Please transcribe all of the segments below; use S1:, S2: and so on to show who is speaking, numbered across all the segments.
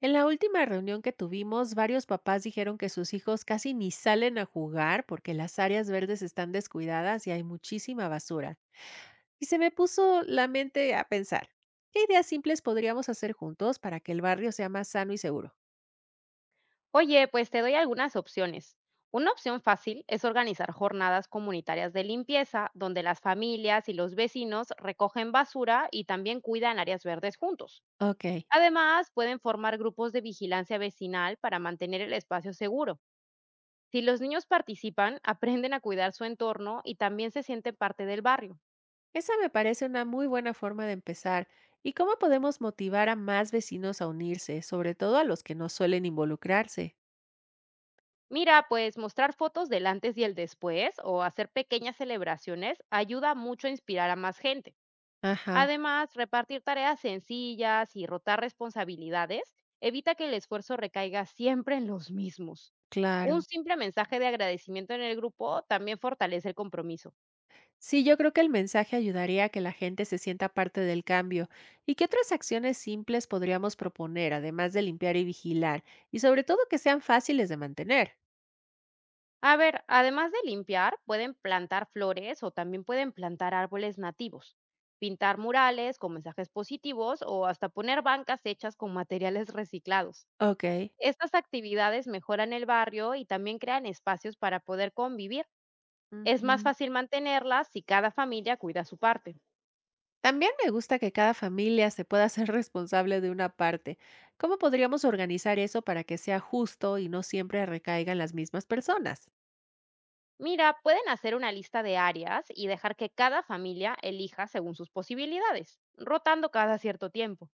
S1: En la última reunión que tuvimos, varios papás dijeron que sus hijos casi ni salen a jugar porque las áreas verdes están descuidadas y hay muchísima basura. Y se me puso la mente a pensar, ¿qué ideas simples podríamos hacer juntos para que el barrio sea más sano y seguro?
S2: Oye, pues te doy algunas opciones. Una opción fácil es organizar jornadas comunitarias de limpieza, donde las familias y los vecinos recogen basura y también cuidan áreas verdes juntos.
S1: Ok,
S2: Además, pueden formar grupos de vigilancia vecinal para mantener el espacio seguro. Si los niños participan, aprenden a cuidar su entorno y también se sienten parte del barrio.
S1: esa me parece una muy buena forma de empezar. ¿Y cómo podemos motivar a más vecinos a unirse, sobre todo a los que no suelen involucrarse?
S2: Mira, pues mostrar fotos del antes y el después o hacer pequeñas celebraciones ayuda mucho a inspirar a más gente.
S1: Ajá,
S2: Además, repartir tareas sencillas y rotar responsabilidades evita que el esfuerzo recaiga siempre en los mismos.
S1: claro.
S2: Un simple mensaje de agradecimiento en el grupo también fortalece el compromiso.
S1: Sí, yo creo que el mensaje ayudaría a que la gente se sienta parte del cambio. ¿Y qué otras acciones simples podríamos proponer, además de limpiar y vigilar? Y sobre todo que sean fáciles de mantener.
S2: A ver, además de limpiar, pueden plantar flores o también pueden plantar árboles nativos, pintar murales con mensajes positivos o hasta poner bancas hechas con materiales reciclados.
S1: Ok,
S2: Estas actividades mejoran el barrio y también crean espacios para poder convivir. Es más
S1: ujú.
S2: fácil mantenerlas si cada familia cuida su parte.
S1: También me gusta que cada familia se pueda ser responsable de una parte. ¿Cómo podríamos organizar eso para que sea justo y no siempre recaigan las mismas personas?
S2: Mira, pueden hacer una lista de áreas y dejar que cada familia elija según sus posibilidades, rotando cada cierto tiempo.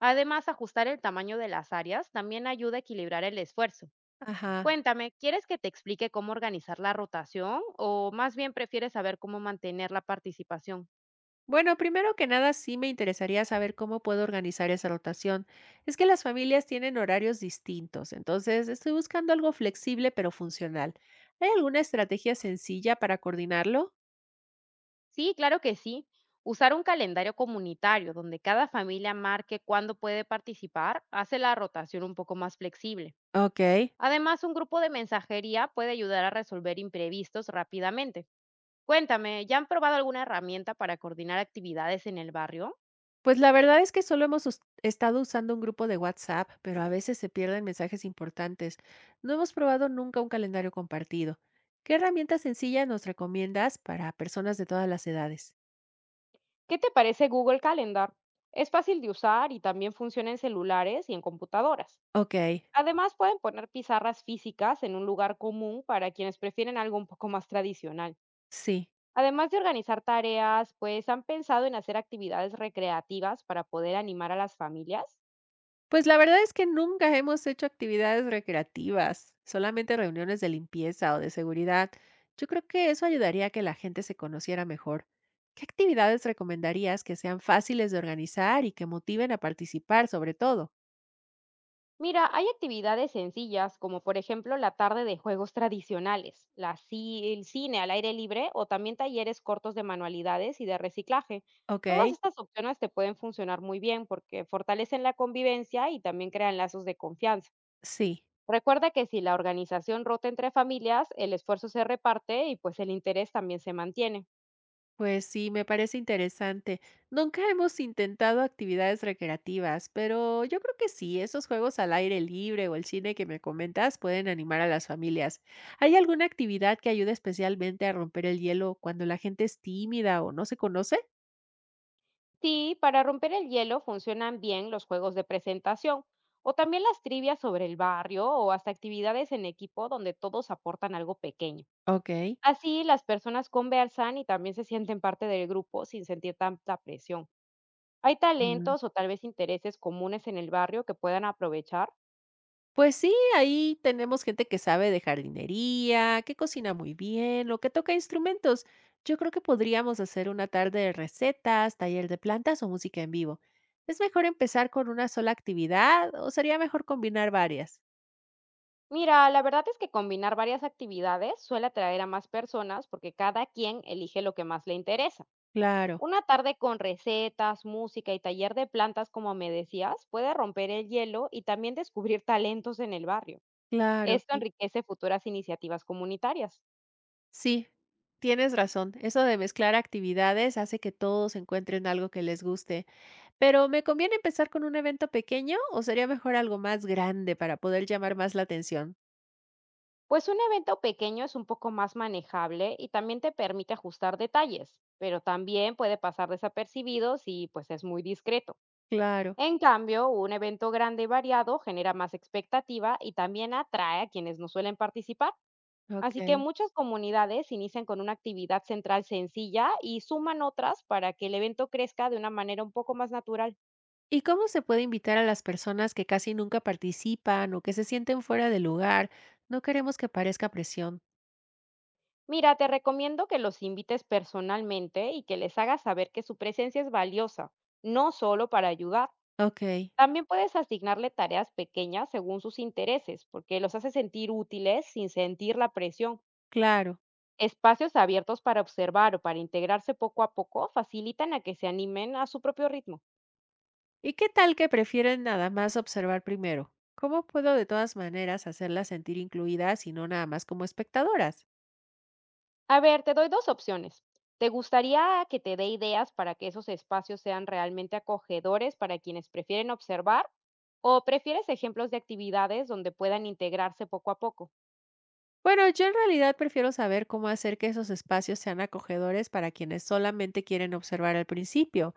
S2: Además, ajustar el tamaño de las áreas también ayuda a equilibrar el esfuerzo.
S1: Ajá.
S2: Cuéntame, ¿quieres que te explique cómo organizar la rotación o más bien prefieres saber cómo mantener la participación?
S1: Bueno, primero que nada, sí me interesaría saber cómo puedo organizar esa rotación. Es que las familias tienen horarios distintos, entonces estoy buscando algo flexible pero funcional. ¿Hay alguna estrategia sencilla para coordinarlo?
S2: Sí, claro que sí. Usar un calendario comunitario donde cada familia marque cuándo puede participar hace la rotación un poco más flexible.
S1: Ok.
S2: Además, un grupo de mensajería puede ayudar a resolver imprevistos rápidamente. Cuéntame, ¿ya han probado alguna herramienta para coordinar actividades en el barrio?
S1: Pues la verdad es que solo hemos estado usando un grupo de WhatsApp, pero a veces se pierden mensajes importantes. No hemos probado nunca un calendario compartido. ¿Qué herramienta sencilla nos recomiendas para personas de todas las edades?
S2: ¿Qué te parece Google Calendar? Es fácil de usar y también funciona en celulares y en computadoras.
S1: Ok.
S2: Además, pueden poner pizarras físicas en un lugar común para quienes prefieren algo un poco más tradicional.
S1: Sí.
S2: Además de organizar tareas, pues han pensado en hacer actividades recreativas para poder animar a las familias.
S1: Pues la verdad es que nunca hemos hecho actividades recreativas, solamente reuniones de limpieza o de seguridad. Yo creo que eso ayudaría a que la gente se conociera mejor. ¿Qué actividades recomendarías que sean fáciles de organizar y que motiven a participar, sobre todo?
S2: Mira, hay actividades sencillas, como por ejemplo la tarde de juegos tradicionales, el cine al aire libre o también talleres cortos de manualidades y de reciclaje.
S1: Ok,
S2: Todas estas opciones te pueden funcionar muy bien porque fortalecen la convivencia y también crean lazos de confianza.
S1: sí.
S2: Recuerda que si la organización rota entre familias, el esfuerzo se reparte y pues el interés también se mantiene.
S1: Pues sí, me parece interesante. Nunca hemos intentado actividades recreativas, pero yo creo que sí, esos juegos al aire libre o el cine que me comentas pueden animar a las familias. ¿Hay alguna actividad que ayude especialmente a romper el hielo cuando la gente es tímida o no se conoce?
S2: Sí, para romper el hielo funcionan bien los juegos de presentación o también las trivias sobre el barrio o hasta actividades en equipo donde todos aportan algo pequeño.
S1: Ok.
S2: Así las personas conversan y también se sienten parte del grupo sin sentir tanta presión. ¿Hay talentos o tal vez intereses comunes en el barrio que puedan aprovechar?
S1: Pues sí, ahí tenemos gente que sabe de jardinería, que cocina muy bien o que toca instrumentos. Yo creo que podríamos hacer una tarde de recetas, taller de plantas o música en vivo. ¿Es mejor empezar con una sola actividad o sería mejor combinar varias?
S2: Mira, la verdad es que combinar varias actividades suele atraer a más personas porque cada quien elige lo que más le interesa.
S1: Claro,
S2: Una tarde con recetas, música y taller de plantas, como me decías, puede romper el hielo y también descubrir talentos en el barrio.
S1: claro,
S2: Esto
S1: sí.
S2: enriquece futuras iniciativas comunitarias.
S1: Sí, tienes razón. Eso de mezclar actividades hace que todos encuentren algo que les guste. Pero ¿me conviene empezar con un evento pequeño o sería mejor algo más grande para poder llamar más la atención?
S2: Pues un evento pequeño es un poco más manejable y también te permite ajustar detalles, pero también puede pasar desapercibido si pues es muy discreto.
S1: Claro.
S2: En cambio, un evento grande y variado genera más expectativa y también atrae a quienes no suelen participar. Así que
S1: Okey.
S2: muchas comunidades inician con una actividad central sencilla y suman otras para que el evento crezca de una manera un poco más natural.
S1: ¿Y cómo se puede invitar a las personas que casi nunca participan o que se sienten fuera de lugar? No queremos que parezca presión.
S2: Mira, te recomiendo que los invites personalmente y que les hagas saber que su presencia es valiosa, no solo para ayudar.
S1: Okey,
S2: También puedes asignarle tareas pequeñas según sus intereses, porque los hace sentir útiles sin sentir la presión.
S1: claro.
S2: Espacios abiertos para observar o para integrarse poco a poco facilitan a que se animen a su propio ritmo.
S1: ¿Y qué tal que prefieren nada más observar primero? ¿Cómo puedo de todas maneras hacerlas sentir incluidas y no nada más como espectadoras?
S2: A ver, te doy dos opciones. ¿Te gustaría que te dé ideas para que esos espacios sean realmente acogedores para quienes prefieren observar? ¿O prefieres ejemplos de actividades donde puedan integrarse poco a poco?
S1: Bueno, yo en realidad prefiero saber cómo hacer que esos espacios sean acogedores para quienes solamente quieren observar al principio.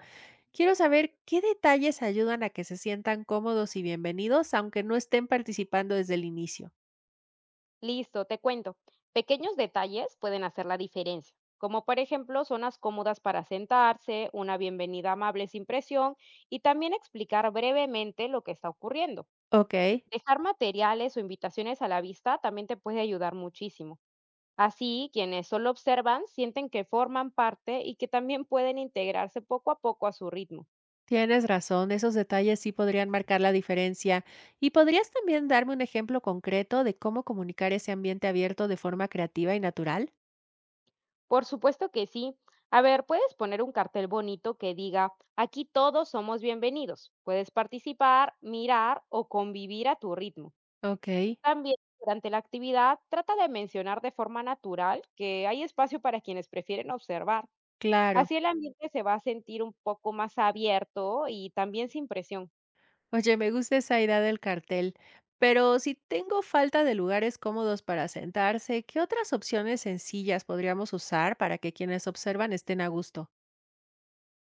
S1: Quiero saber qué detalles ayudan a que se sientan cómodos y bienvenidos, aunque no estén participando desde el inicio.
S2: Listo, te cuento. Pequeños detalles pueden hacer la diferencia, como por ejemplo zonas cómodas para sentarse, una bienvenida amable sin presión y también explicar brevemente lo que está ocurriendo.
S1: Ok,
S2: Dejar materiales o invitaciones a la vista también te puede ayudar muchísimo. Así, quienes solo observan sienten que forman parte y que también pueden integrarse poco a poco a su ritmo.
S1: tienes razón, esos detalles sí podrían marcar la diferencia. ¿Y podrías también darme un ejemplo concreto de cómo comunicar ese ambiente abierto de forma creativa y natural?
S2: Por supuesto que sí. A ver, puedes poner un cartel bonito que diga, aquí todos somos bienvenidos. Puedes participar, mirar o convivir a tu ritmo.
S1: Ok.
S2: También durante la actividad, trata de mencionar de forma natural que hay espacio para quienes prefieren observar.
S1: Claro.
S2: Así el ambiente se va a sentir un poco más abierto y también sin presión.
S1: Oye, me gusta esa idea del cartel, pero si tengo falta de lugares cómodos para sentarse, ¿qué otras opciones sencillas podríamos usar para que quienes observan estén a gusto?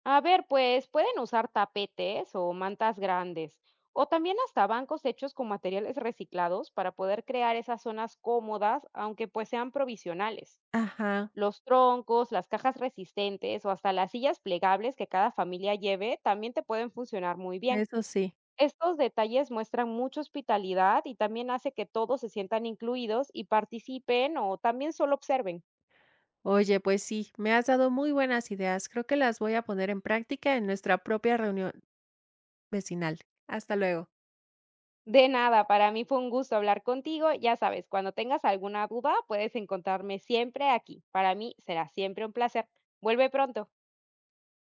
S2: A ver, pues pueden usar tapetes o mantas grandes, o también hasta bancos hechos con materiales reciclados para poder crear esas zonas cómodas, aunque pues sean provisionales.
S1: Ajá.
S2: Los troncos, las cajas resistentes o hasta las sillas plegables que cada familia lleve también te pueden funcionar muy bien.
S1: Eso sí.
S2: Estos detalles muestran mucha hospitalidad y también hace que todos se sientan incluidos y participen o también solo observen.
S1: Oye, pues sí, me has dado muy buenas ideas. Creo que las voy a poner en práctica en nuestra propia reunión vecinal. Hasta luego.
S2: De nada, para mí fue un gusto hablar contigo. Ya sabes, cuando tengas alguna duda, puedes encontrarme siempre aquí. Para mí será siempre un placer. Vuelve pronto.